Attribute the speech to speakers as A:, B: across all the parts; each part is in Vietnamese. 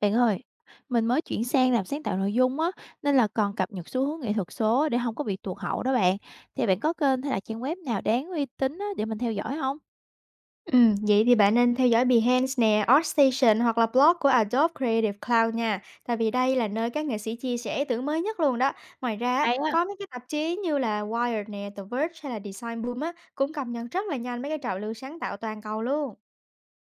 A: Bạn ơi, mình mới chuyển sang làm sáng tạo nội dung á, nên là còn cập nhật xu hướng nghệ thuật số để không có bị tụt hậu đó bạn. Thì bạn có kênh hay là trang web nào đáng uy tín á, để mình theo dõi không?
B: Vậy thì bạn nên theo dõi Behance nè, ArtStation hoặc là blog của Adobe Creative Cloud nha. Tại vì đây là nơi các nghệ sĩ chia sẻ ý tưởng mới nhất luôn đó. Ngoài ra, á,
A: Hay á,
B: có mấy cái tạp chí như là Wired nè, The Verge hay là Design Boom á, cũng cập nhật rất là nhanh mấy cái trào lưu sáng tạo toàn cầu luôn.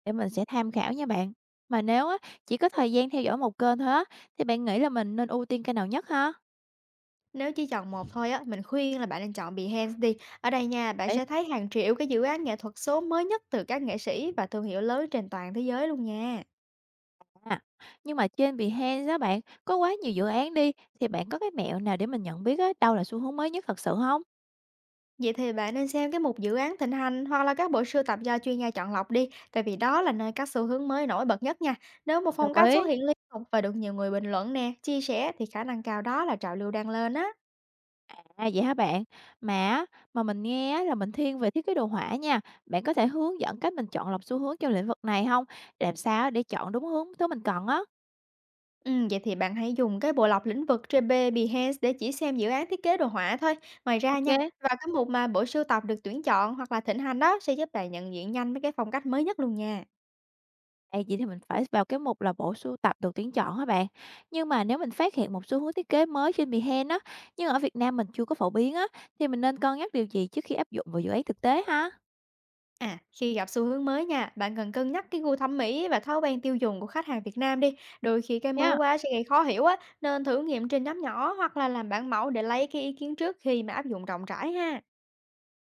A: để mình sẽ tham khảo nha bạn. Mà nếu á, chỉ có thời gian theo dõi một kênh thôi á, thì bạn nghĩ là mình nên ưu tiên kênh nào nhất ha?
B: Nếu chỉ chọn một thôi á, mình khuyên là bạn nên chọn Behance đi. Ở đây nha, bạn
A: Đấy.
B: sẽ thấy hàng triệu cái dự án nghệ thuật số mới nhất từ các nghệ sĩ và thương hiệu lớn trên toàn thế giới luôn nha.
A: À, nhưng mà trên Behance đó bạn, có quá nhiều dự án đi, thì bạn có cái mẹo nào để mình nhận biết á, đâu là xu hướng mới nhất thật sự không?
B: Vậy thì bạn nên xem cái mục dự án thịnh hành hoặc là các bộ sưu tập do chuyên gia chọn lọc đi, tại vì đó là nơi các xu hướng mới nổi bật nhất nha. Nếu một
A: Đồng
B: phong cách xuất
A: ý.
B: hiện liên tục và được nhiều người bình luận nè, chia sẻ thì khả năng cao đó là trào lưu đang lên á.
A: À, vậy hả bạn? Mà á, mà mình nghe á là mình thiên về thiết kế đồ họa nha. Bạn có thể hướng dẫn cách mình chọn lọc xu hướng trong lĩnh vực này không? Làm sao để chọn đúng hướng thứ mình cần á?
B: Ừ, vậy thì bạn hãy dùng cái bộ lọc lĩnh vực JB Behance để chỉ xem dự án thiết kế đồ họa thôi. Ngoài ra nha,
A: Ok.
B: và cái mục mà bộ sưu tập được tuyển chọn hoặc là thịnh hành đó sẽ giúp bạn nhận diện nhanh mấy cái phong cách mới nhất luôn nha.
A: À, vậy thì mình phải vào cái mục là bộ sưu tập được tuyển chọn hả bạn? Nhưng mà nếu mình phát hiện một xu hướng thiết kế mới trên Behance á, nhưng ở Việt Nam mình chưa có phổ biến á, thì mình nên cân nhắc điều gì trước khi áp dụng vào dự án thực tế ha?
B: À, khi gặp xu hướng mới nha, bạn cần cân nhắc cái gu thẩm mỹ và thói quen tiêu dùng của khách hàng Việt Nam đi. Đôi khi cái mới
A: Yeah.
B: quá sẽ gây khó hiểu á, nên thử nghiệm trên nhóm nhỏ hoặc là làm bản mẫu để lấy cái ý kiến trước khi mà áp dụng rộng rãi ha.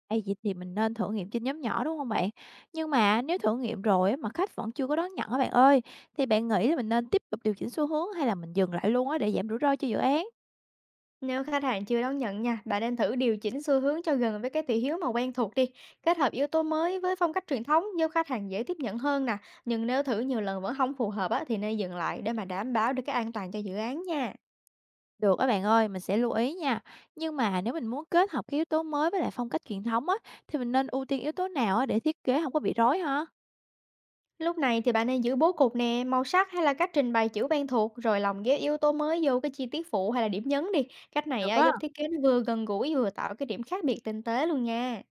A: Ê, vậy thì mình nên thử nghiệm trên nhóm nhỏ, đúng không bạn? Nhưng mà nếu thử nghiệm rồi á, mà khách vẫn chưa có đón nhận á bạn ơi, thì bạn nghĩ là mình nên tiếp tục điều chỉnh xu hướng hay là mình dừng lại luôn á để giảm rủi ro cho dự án?
B: Nếu khách hàng chưa đón nhận nha, bạn nên thử điều chỉnh xu hướng cho gần với cái thị hiếu mà quen thuộc đi. Kết hợp yếu tố mới với phong cách truyền thống giúp khách hàng dễ tiếp nhận hơn nè. Nhưng nếu thử nhiều lần vẫn không phù hợp á, thì nên dừng lại để mà đảm bảo được cái an toàn cho dự án nha.
A: Được á bạn ơi, mình sẽ lưu ý nha. Nhưng mà nếu mình muốn kết hợp cái yếu tố mới với lại phong cách truyền thống á, thì mình nên ưu tiên yếu tố nào á để thiết kế không có bị rối hả?
B: Lúc này thì bạn nên giữ bố cục nè, màu sắc hay là cách trình bày chữ quen thuộc rồi lồng ghép yếu tố mới vô cái chi tiết phụ hay là điểm nhấn đi. Cách này
A: Được
B: á,
A: á,
B: giúp thiết kế nó vừa gần gũi vừa tạo cái điểm khác biệt tinh tế luôn nha.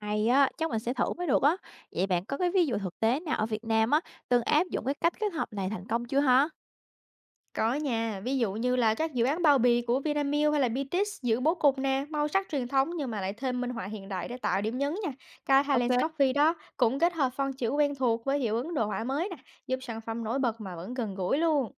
A: hay á, chắc mình sẽ thử mới được á. Vậy bạn có cái ví dụ thực tế nào ở Việt Nam á, từng áp dụng cái cách kết hợp này thành công chưa hả?
B: Có nha, ví dụ như là các dự án bao bì của Vinamilk hay là Bitis giữ bố cục nè, màu sắc truyền thống nhưng mà lại thêm minh họa hiện đại để tạo điểm nhấn nha. Cái Highlands
A: OK.
B: Coffee đó cũng kết hợp phông chữ quen thuộc với hiệu ứng đồ họa mới nè, giúp sản phẩm nổi bật mà vẫn gần gũi luôn.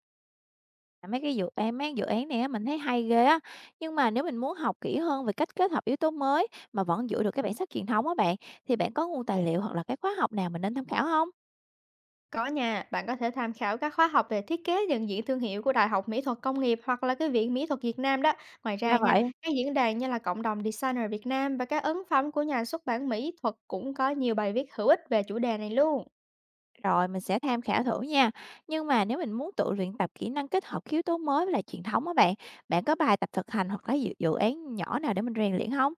A: À, Mấy cái dự án này á mình thấy hay ghê á, nhưng mà nếu mình muốn học kỹ hơn về cách kết hợp yếu tố mới mà vẫn giữ được cái bản sắc truyền thống á bạn, thì bạn có nguồn tài liệu hoặc là cái khóa học nào mình nên tham khảo không?
B: Có nha, bạn có thể tham khảo các khóa học về thiết kế nhận diện thương hiệu của Đại học Mỹ thuật Công nghiệp hoặc là cái Viện Mỹ thuật Việt Nam đó. Ngoài ra
A: Ra
B: nha,
A: vậy.
B: các diễn đàn như là Cộng đồng Designer Việt Nam và các ấn phẩm của nhà xuất bản mỹ thuật cũng có nhiều bài viết hữu ích về chủ đề này luôn.
A: Rồi mình sẽ tham khảo thử nha. Nhưng mà nếu mình muốn tự luyện tập kỹ năng kết hợp cái yếu tố mới với lại truyền thống á bạn, bạn có bài tập thực hành hoặc là dự dự án nhỏ nào để mình rèn luyện không?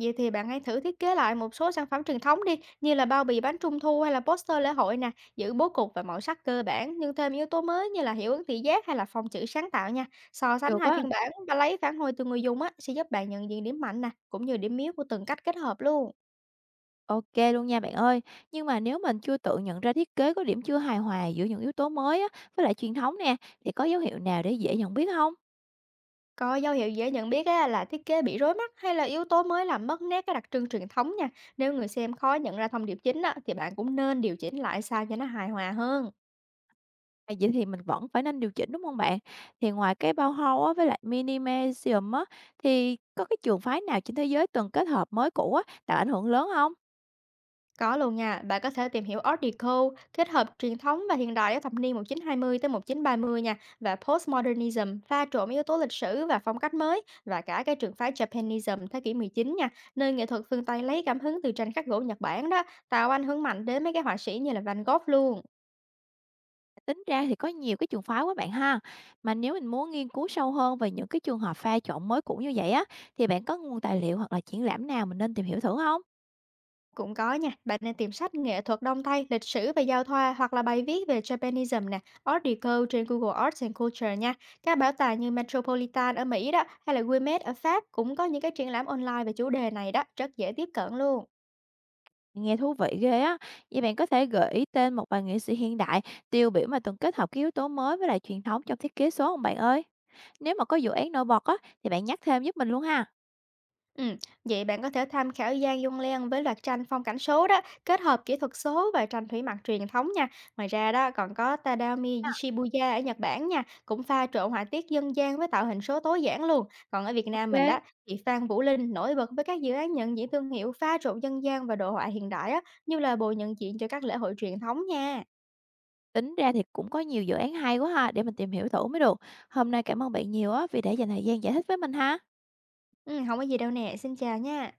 B: Vậy thì bạn hãy thử thiết kế lại một số sản phẩm truyền thống đi, như là bao bì bánh trung thu hay là poster lễ hội nè, giữ bố cục và màu sắc cơ bản, nhưng thêm yếu tố mới như là hiệu ứng thị giác hay là phông chữ sáng tạo nha. So sánh
A: Được
B: hai
A: á.
B: phiên bản và lấy phản hồi từ người dùng á, sẽ giúp bạn nhận diện điểm mạnh nè, cũng như điểm yếu của từng cách kết hợp luôn.
A: Ok luôn nha bạn ơi. Nhưng mà nếu mình chưa tự nhận ra thiết kế có điểm chưa hài hòa giữa những yếu tố mới á với lại truyền thống nè, thì có dấu hiệu nào để dễ nhận biết không?
B: Có dấu hiệu dễ nhận biết á, là thiết kế bị rối mắt hay là yếu tố mới làm mất nét cái đặc trưng truyền thống nha. Nếu người xem khó nhận ra thông điệp chính á, thì bạn cũng nên điều chỉnh lại sao cho nó hài hòa hơn.
A: À, vậy thì mình vẫn phải nên điều chỉnh, đúng không bạn? Thì ngoài cái Bauhaus á với lại Minimalism á, thì có cái trường phái nào trên thế giới từng kết hợp mới cũ á, tạo ảnh hưởng lớn không?
B: Có luôn nha, bạn có thể tìm hiểu Art Deco, kết hợp truyền thống và hiện đại ở thập niên 1920 tới 1930 nha, và Postmodernism pha trộn yếu tố lịch sử và phong cách mới và cả cái trường phái Japanism thế kỷ 19 nha, nơi nghệ thuật phương Tây lấy cảm hứng từ tranh khắc gỗ Nhật Bản đó, tạo ảnh hưởng mạnh đến mấy cái họa sĩ như là Van Gogh luôn.
A: Tính ra thì có nhiều cái trường phái quá bạn ha. Mà nếu mình muốn nghiên cứu sâu hơn về những cái trường hợp pha trộn mới cũ như vậy á, thì bạn có nguồn tài liệu hoặc là triển lãm nào mình nên tìm hiểu thử không?
B: Cũng có nha, bạn nên tìm sách nghệ thuật đông Tây, lịch sử và giao thoa hoặc là bài viết về Japanism nè, Art Deco trên Google Arts and Culture nha. Các bảo tàng như Metropolitan ở Mỹ đó hay là Guimet ở Pháp cũng có những cái triển lãm online về chủ đề này đó, rất dễ tiếp cận luôn.
A: Nghe thú vị ghê á. Vậy bạn có thể gợi ý tên một vài nghệ sĩ hiện đại tiêu biểu mà từng kết hợp cái yếu tố mới với lại truyền thống trong thiết kế số không bạn ơi? Nếu mà có dự án nổi bật á thì bạn nhắc thêm giúp mình luôn ha.
B: Ừm, Vậy bạn có thể tham khảo Giang Dung Lan với loạt tranh phong cảnh số đó, kết hợp kỹ thuật số và tranh thủy mặc truyền thống nha. Ngoài ra đó còn có Tadami Shibuya ở Nhật Bản nha, cũng pha trộn họa tiết dân gian với tạo hình số tối giản luôn. Còn ở Việt Nam mình
A: Ok.
B: đó, chị Phan Vũ Linh nổi bật với các dự án nhận diện thương hiệu pha trộn dân gian và đồ họa hiện đại á, như là bồi nhận diện cho các lễ hội truyền thống nha.
A: Tính ra thì cũng có nhiều dự án hay quá ha để mình tìm hiểu thử mới được. Hôm nay cảm ơn bạn nhiều á vì đã dành thời gian giải thích với mình ha.
B: Ừ, không có gì đâu nè, xin chào nha.